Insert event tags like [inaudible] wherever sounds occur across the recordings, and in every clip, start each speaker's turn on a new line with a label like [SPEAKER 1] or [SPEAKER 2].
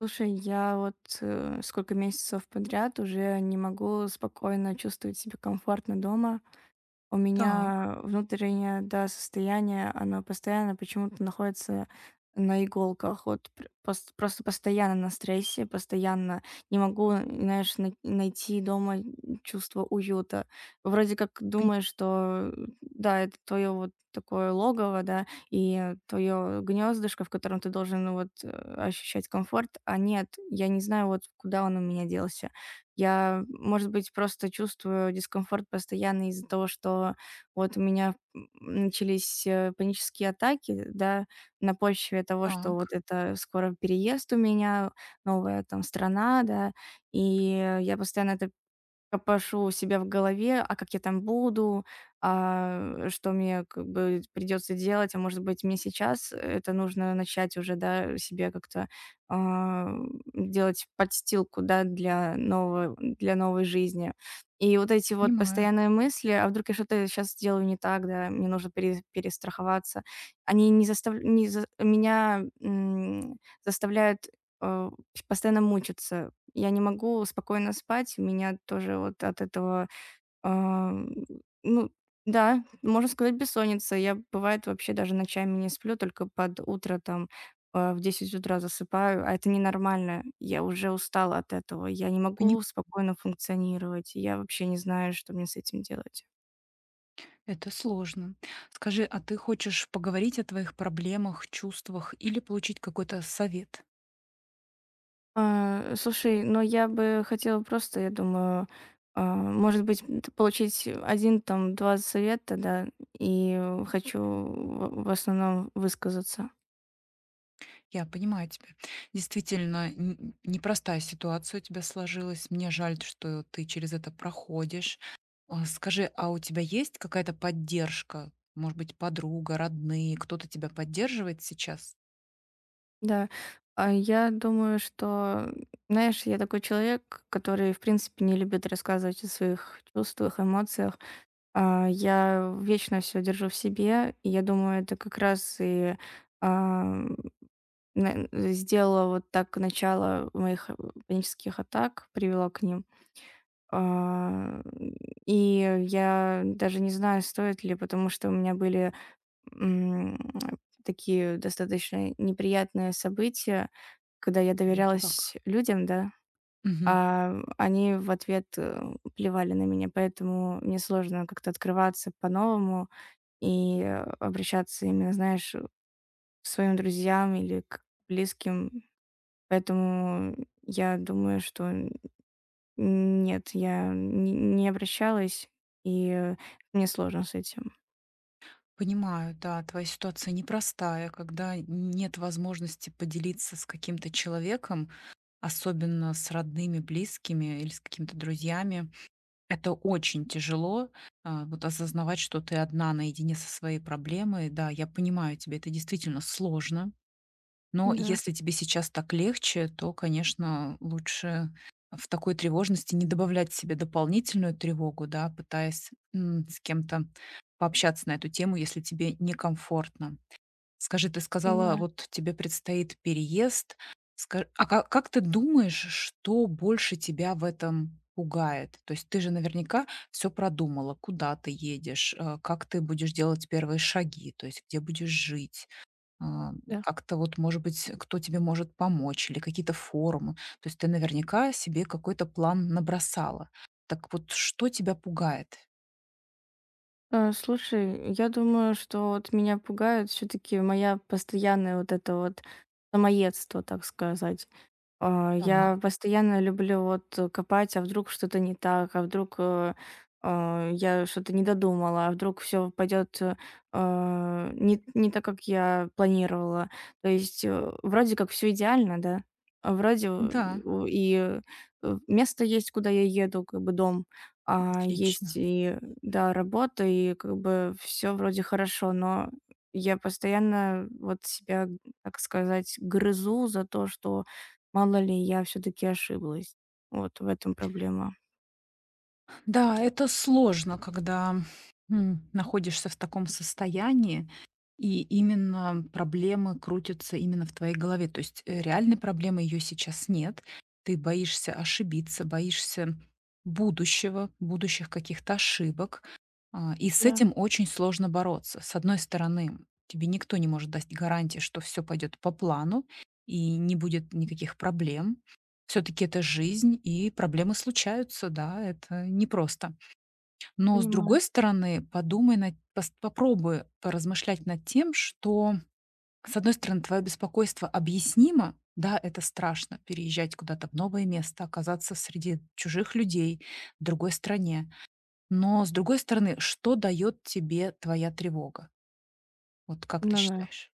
[SPEAKER 1] Слушай, я вот сколько месяцев подряд уже не могу спокойно чувствовать себя комфортно дома. У
[SPEAKER 2] Так,
[SPEAKER 1] меня внутреннее, да, состояние, оно постоянно почему-то находится на иголках. Вот просто постоянно на стрессе, постоянно не могу, знаешь, найти дома чувство уюта. Вроде как думаешь, что да, это твое вот такое логово, да, и твое гнездышко, в котором ты должен ощущать комфорт, а нет, я не знаю, вот куда он у меня делся. Я, может быть, просто чувствую дискомфорт постоянно из-за того, что вот у меня начались панические атаки, да, на почве того, что вот
[SPEAKER 2] так,
[SPEAKER 1] это скоро переезд у меня, новая там страна, да, и я постоянно это копошу у себя в голове, а как я там буду, а что мне как бы придется делать, а может быть, мне сейчас это нужно начать уже, да, себе как-то а, делать подстилку, да, для нового, для новой жизни. И вот эти вот
[SPEAKER 2] понимаю.
[SPEAKER 1] постоянные мысли, а вдруг я что-то сейчас сделаю не так, да, мне нужно перестраховаться, они не заставляют, не за- меня м, заставляют э, постоянно мучиться, я не могу спокойно спать, у меня тоже вот от этого, ам, ну да, можно сказать, бессонница. Я, бывает, вообще даже ночами не сплю, только под утро там, а в 10 утра засыпаю, а это ненормально. Я уже устала от этого, я не
[SPEAKER 2] Пони
[SPEAKER 1] могу спокойно функционировать, я вообще не знаю, что мне с этим делать.
[SPEAKER 2] Это сложно. Скажи, а ты хочешь поговорить о твоих проблемах, чувствах или получить какой-то совет?
[SPEAKER 1] Слушай, но я бы хотела просто, я думаю, а, может быть, м, т- получить один там, 2 совета, да, и хочу в основном высказаться.
[SPEAKER 2] Я понимаю тебя. Действительно, непростая ситуация у тебя сложилась. Мне жаль, что ты через это проходишь. А, Скажи, а у тебя есть какая-то поддержка? Может быть, подруга, родные, кто-то тебя поддерживает сейчас?
[SPEAKER 1] Да. Я думаю, что, знаешь, я такой человек, который, в принципе, не любит рассказывать о своих чувствах, эмоциях. Я вечно все держу в себе, и я думаю, это как раз и а, сделала вот так начало моих панических атак, привела к ним. А, И я даже не знаю, стоит ли, потому что у меня были м, такие достаточно неприятные события, когда я
[SPEAKER 2] Вот как?
[SPEAKER 1] доверялась людям, да,
[SPEAKER 2] Мгм.
[SPEAKER 1] а они в ответ плевали на меня, поэтому мне сложно как-то открываться по-новому и обращаться именно, знаешь, к своим друзьям или к близким. Поэтому я думаю, что н нет, я не обращалась, и мне сложно с этим.
[SPEAKER 2] Понимаю, да, твоя ситуация непростая, когда нет возможности поделиться с каким-то человеком, особенно с родными, близкими или с какими-то друзьями. Это очень тяжело, вот осознавать, что ты одна наедине со своей проблемой. Да, я понимаю тебя, это действительно сложно. Но
[SPEAKER 1] Да.
[SPEAKER 2] если тебе сейчас так легче, то, конечно, лучше в такой тревожности не добавлять себе дополнительную тревогу, да, пытаясь с кем-то пообщаться на эту тему, если тебе некомфортно. Скажи, ты сказала,
[SPEAKER 1] Понимаю,
[SPEAKER 2] вот тебе предстоит переезд. Как ты думаешь, что больше тебя в этом пугает? То есть ты же наверняка все продумала, куда ты едешь, как ты будешь делать первые шаги, то есть где будешь жить, а,
[SPEAKER 1] да.
[SPEAKER 2] как-то вот, может быть, кто тебе может помочь или какие-то форумы. То есть ты наверняка себе какой-то план набросала. Так вот, что тебя пугает?
[SPEAKER 1] Слушай, я думаю, что вот меня пугает все таки моя постоянная вот это вот самоедство, так сказать. Я
[SPEAKER 2] Так,
[SPEAKER 1] постоянно люблю вот, копать, а вдруг что-то не так, а вдруг, я что-то не додумала, а вдруг все пойдет не так, как я планировала. То есть, вроде как все идеально, да, а вроде,
[SPEAKER 2] да,
[SPEAKER 1] место есть, куда я еду, как бы дом, а есть
[SPEAKER 2] отлично.
[SPEAKER 1] и, да, работа, и как бы все вроде хорошо, но я постоянно вот себя, так сказать, грызу за то, что мало ли, я все таки ошиблась. Вот в этом проблема.
[SPEAKER 2] Да, это сложно, когда находишься в таком состоянии, и именно проблемы крутятся именно в твоей голове. То есть, реальной проблемы ее сейчас нет. Ты боишься ошибиться, боишься будущего, будущих каких-то ошибок. И с
[SPEAKER 1] Да,
[SPEAKER 2] этим очень сложно бороться. С одной стороны, тебе никто не может дать гарантии, что все пойдет по плану и не будет никаких проблем, все таки это жизнь, и проблемы случаются, да, это непросто. Но, с
[SPEAKER 1] понимаю.
[SPEAKER 2] другой стороны, подумай над пос попробуй поразмышлять над тем, что, с одной стороны, твое беспокойство объяснимо. Да, это страшно — переезжать куда-то в новое место, оказаться среди чужих людей, в другой стране. Но, с другой стороны, что дает тебе твоя тревога? Вот как ты
[SPEAKER 1] Ну да.
[SPEAKER 2] считаешь?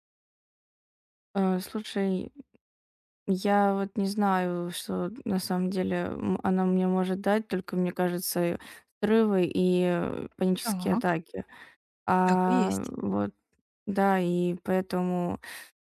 [SPEAKER 1] Слушай, я вот не знаю, что на самом деле, она мне может дать, только, мне кажется, срывы и, панические
[SPEAKER 2] Так,
[SPEAKER 1] атаки.
[SPEAKER 2] так и
[SPEAKER 1] А,
[SPEAKER 2] есть.
[SPEAKER 1] вот да, и поэтому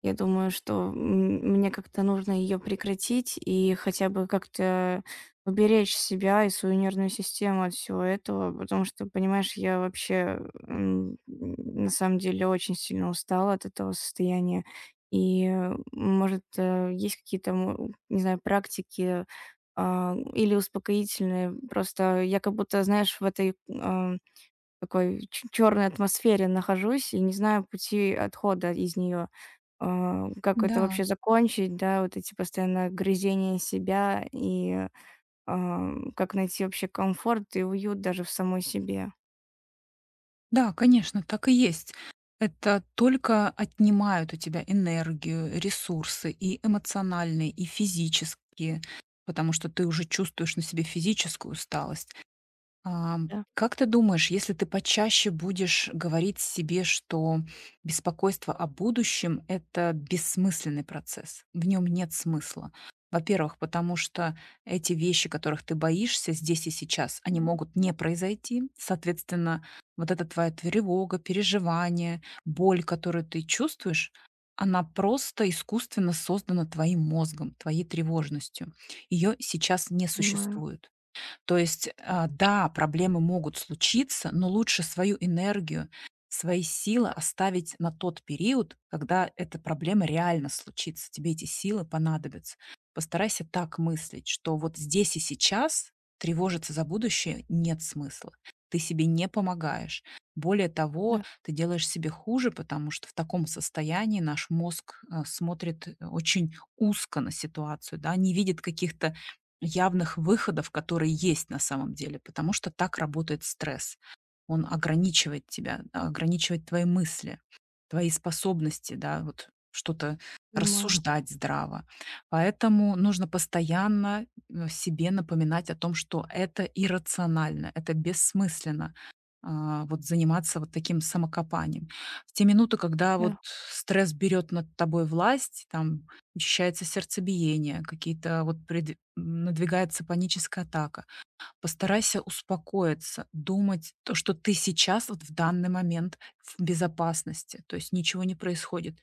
[SPEAKER 1] я думаю, что мне как-то нужно ее прекратить и хотя бы как-то уберечь себя и свою нервную систему от всего этого, потому что, понимаешь, я вообще на самом деле очень сильно устала от этого состояния. И, может, есть какие-то, не знаю, практики или успокоительные. Просто я как будто, знаешь, в этой такой ч черной атмосфере нахожусь и не знаю пути отхода из нее. Как это
[SPEAKER 2] Да.
[SPEAKER 1] вообще закончить, да, вот эти постоянно грызения себя и как найти вообще комфорт и уют даже в самой себе.
[SPEAKER 2] Да, конечно, так и есть. Это только отнимают у тебя энергию, ресурсы и эмоциональные, и физические, потому что ты уже чувствуешь на себе физическую усталость.
[SPEAKER 1] Да,
[SPEAKER 2] Как ты думаешь, если ты почаще будешь говорить себе, что беспокойство о будущем — это бессмысленный процесс, в нем нет смысла? Во-первых, потому что эти вещи, которых ты боишься здесь и сейчас, они могут не произойти. Соответственно, вот эта твоя тревога, переживание, боль, которую ты чувствуешь, она просто искусственно создана твоим мозгом, твоей тревожностью. Ее сейчас не
[SPEAKER 1] понимаю.
[SPEAKER 2] существует. То есть, да, проблемы могут случиться, но лучше свою энергию, свои силы оставить на тот период, когда эта проблема реально случится. Тебе эти силы понадобятся. Постарайся так мыслить, что вот здесь и сейчас тревожиться за будущее нет смысла. Ты себе не помогаешь. Более того,
[SPEAKER 1] Да,
[SPEAKER 2] ты делаешь себе хуже, потому что в таком состоянии наш мозг смотрит очень узко на ситуацию, да, не видит каких-то явных выходов, которые есть на самом деле, потому что так работает стресс. Он ограничивает тебя, ограничивает твои мысли, твои способности, да, вот что-то
[SPEAKER 1] понимаю.
[SPEAKER 2] рассуждать здраво. Поэтому нужно постоянно, себе напоминать о том, что это иррационально, это бессмысленно, вот заниматься вот таким самокопанием. В те минуты, когда вот
[SPEAKER 1] Да,
[SPEAKER 2] стресс берет над тобой власть, там учащается сердцебиение, какие-то вот надвигается паническая атака, постарайся успокоиться, думать то, что ты сейчас, вот в данный момент, в безопасности, то есть ничего не происходит.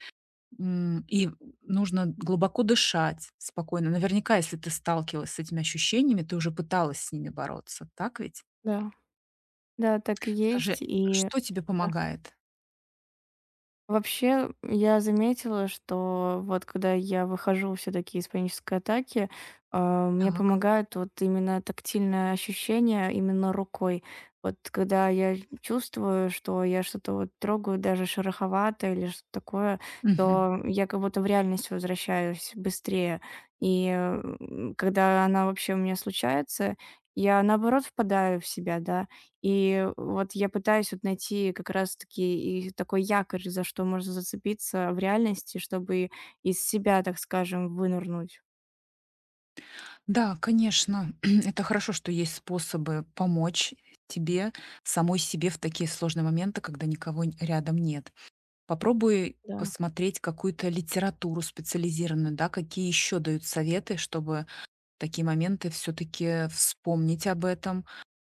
[SPEAKER 2] И нужно глубоко дышать спокойно. Наверняка, если ты сталкивалась с этими ощущениями, ты уже пыталась с ними бороться, так ведь?
[SPEAKER 1] да. Да, так и
[SPEAKER 2] Скажи,
[SPEAKER 1] есть. И
[SPEAKER 2] что тебе
[SPEAKER 1] да.
[SPEAKER 2] помогает?
[SPEAKER 1] Вообще, я заметила, что вот когда я выхожу все таки из панической атаки, мне
[SPEAKER 2] Так.
[SPEAKER 1] помогает вот именно тактильное ощущение именно рукой. Вот когда я чувствую, что я что-то вот трогаю, даже шероховатое или что-то такое,
[SPEAKER 2] Мгм.
[SPEAKER 1] то я как будто в реальность возвращаюсь быстрее. И, когда она вообще у меня случается, я наоборот впадаю в себя, да. И вот я пытаюсь вот найти как раз-таки и такой якорь, за что можно зацепиться в реальности, чтобы из себя, так скажем, вынырнуть.
[SPEAKER 2] Да, конечно, [clears throat] это хорошо, что есть способы помочь тебе, самой себе в такие сложные моменты, когда никого рядом нет. Попробуй
[SPEAKER 1] Да,
[SPEAKER 2] посмотреть какую-то литературу специализированную, да, какие еще дают советы, чтобы в такие моменты все-таки вспомнить об этом,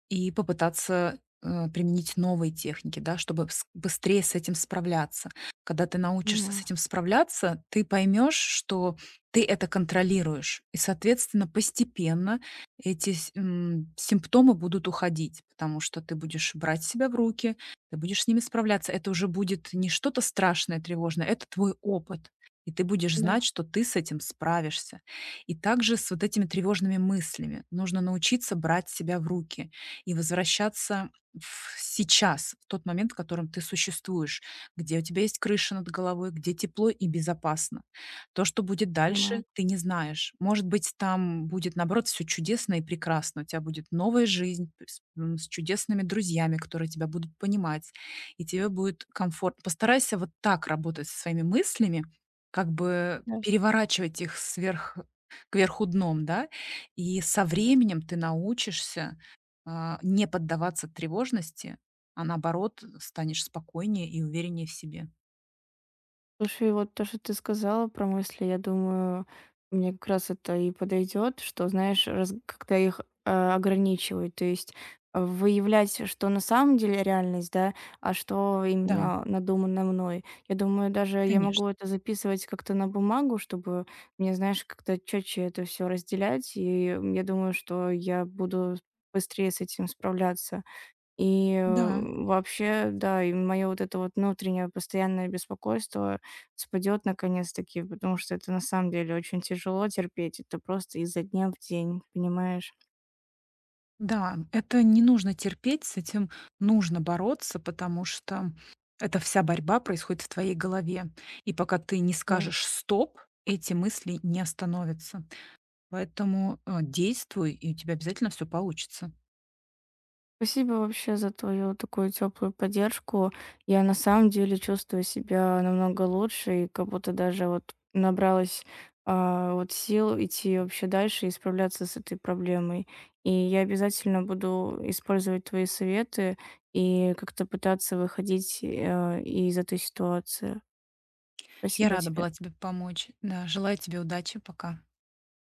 [SPEAKER 2] и попытаться, применить новые техники, да, чтобы вс быстрее с этим справляться. Когда ты научишься с
[SPEAKER 1] понимаю.
[SPEAKER 2] этим справляться, ты поймешь, что ты это контролируешь. И, соответственно, постепенно эти симптомы будут уходить, потому что ты будешь брать себя в руки, ты будешь с ними справляться. Это уже будет не что-то страшное, тревожное, это твой опыт. И ты будешь
[SPEAKER 1] Да,
[SPEAKER 2] знать, что ты с этим справишься. И также с вот этими тревожными мыслями нужно научиться брать себя в руки и возвращаться в сейчас, в тот момент, в котором ты существуешь, где у тебя есть крыша над головой, где тепло и безопасно. То, что будет дальше,
[SPEAKER 1] понимаю.
[SPEAKER 2] ты не знаешь. Может быть, там будет, наоборот, все чудесно и прекрасно. У тебя будет новая жизнь с с чудесными друзьями, которые тебя будут понимать, и тебе будет комфортно. Постарайся вот так работать со своими мыслями, как бы
[SPEAKER 1] Да.
[SPEAKER 2] переворачивать их сверх кверху дном, да, и со временем ты научишься не поддаваться тревожности, а наоборот, станешь спокойнее и увереннее в себе.
[SPEAKER 1] Слушай, вот то, что ты сказала про мысли, я думаю, мне как раз это и подойдет, что, знаешь, как-то их ограничивают, то есть выявлять, что на самом деле реальность, да, а что
[SPEAKER 2] Да,
[SPEAKER 1] именно надумано мной. Я думаю, даже я могу
[SPEAKER 2] конечно.
[SPEAKER 1] это записывать как-то на бумагу, чтобы мне, знаешь, как-то четче это все разделять, и я думаю, что я буду быстрее с этим справляться. И,
[SPEAKER 2] Да,
[SPEAKER 1] вообще, да, и мое вот это вот внутреннее постоянное беспокойство спадет наконец-таки, потому что это на самом деле очень тяжело терпеть. Это просто изо дня в день, понимаешь?
[SPEAKER 2] да, это не нужно терпеть, с этим нужно бороться, потому что эта вся борьба происходит в твоей голове. И пока ты не скажешь «стоп», эти мысли не остановятся. Поэтому действуй, и у тебя обязательно все получится.
[SPEAKER 1] Спасибо вообще за твою такую теплую поддержку. Я на самом деле чувствую себя намного лучше и как будто даже вот набралась вот сил идти вообще дальше и справляться с этой проблемой. И я обязательно буду использовать твои советы и как-то пытаться выходить из этой ситуации.
[SPEAKER 2] Я
[SPEAKER 1] Спасибо
[SPEAKER 2] рада
[SPEAKER 1] тебе.
[SPEAKER 2] была тебе помочь. Да, желаю тебе удачи. Пока.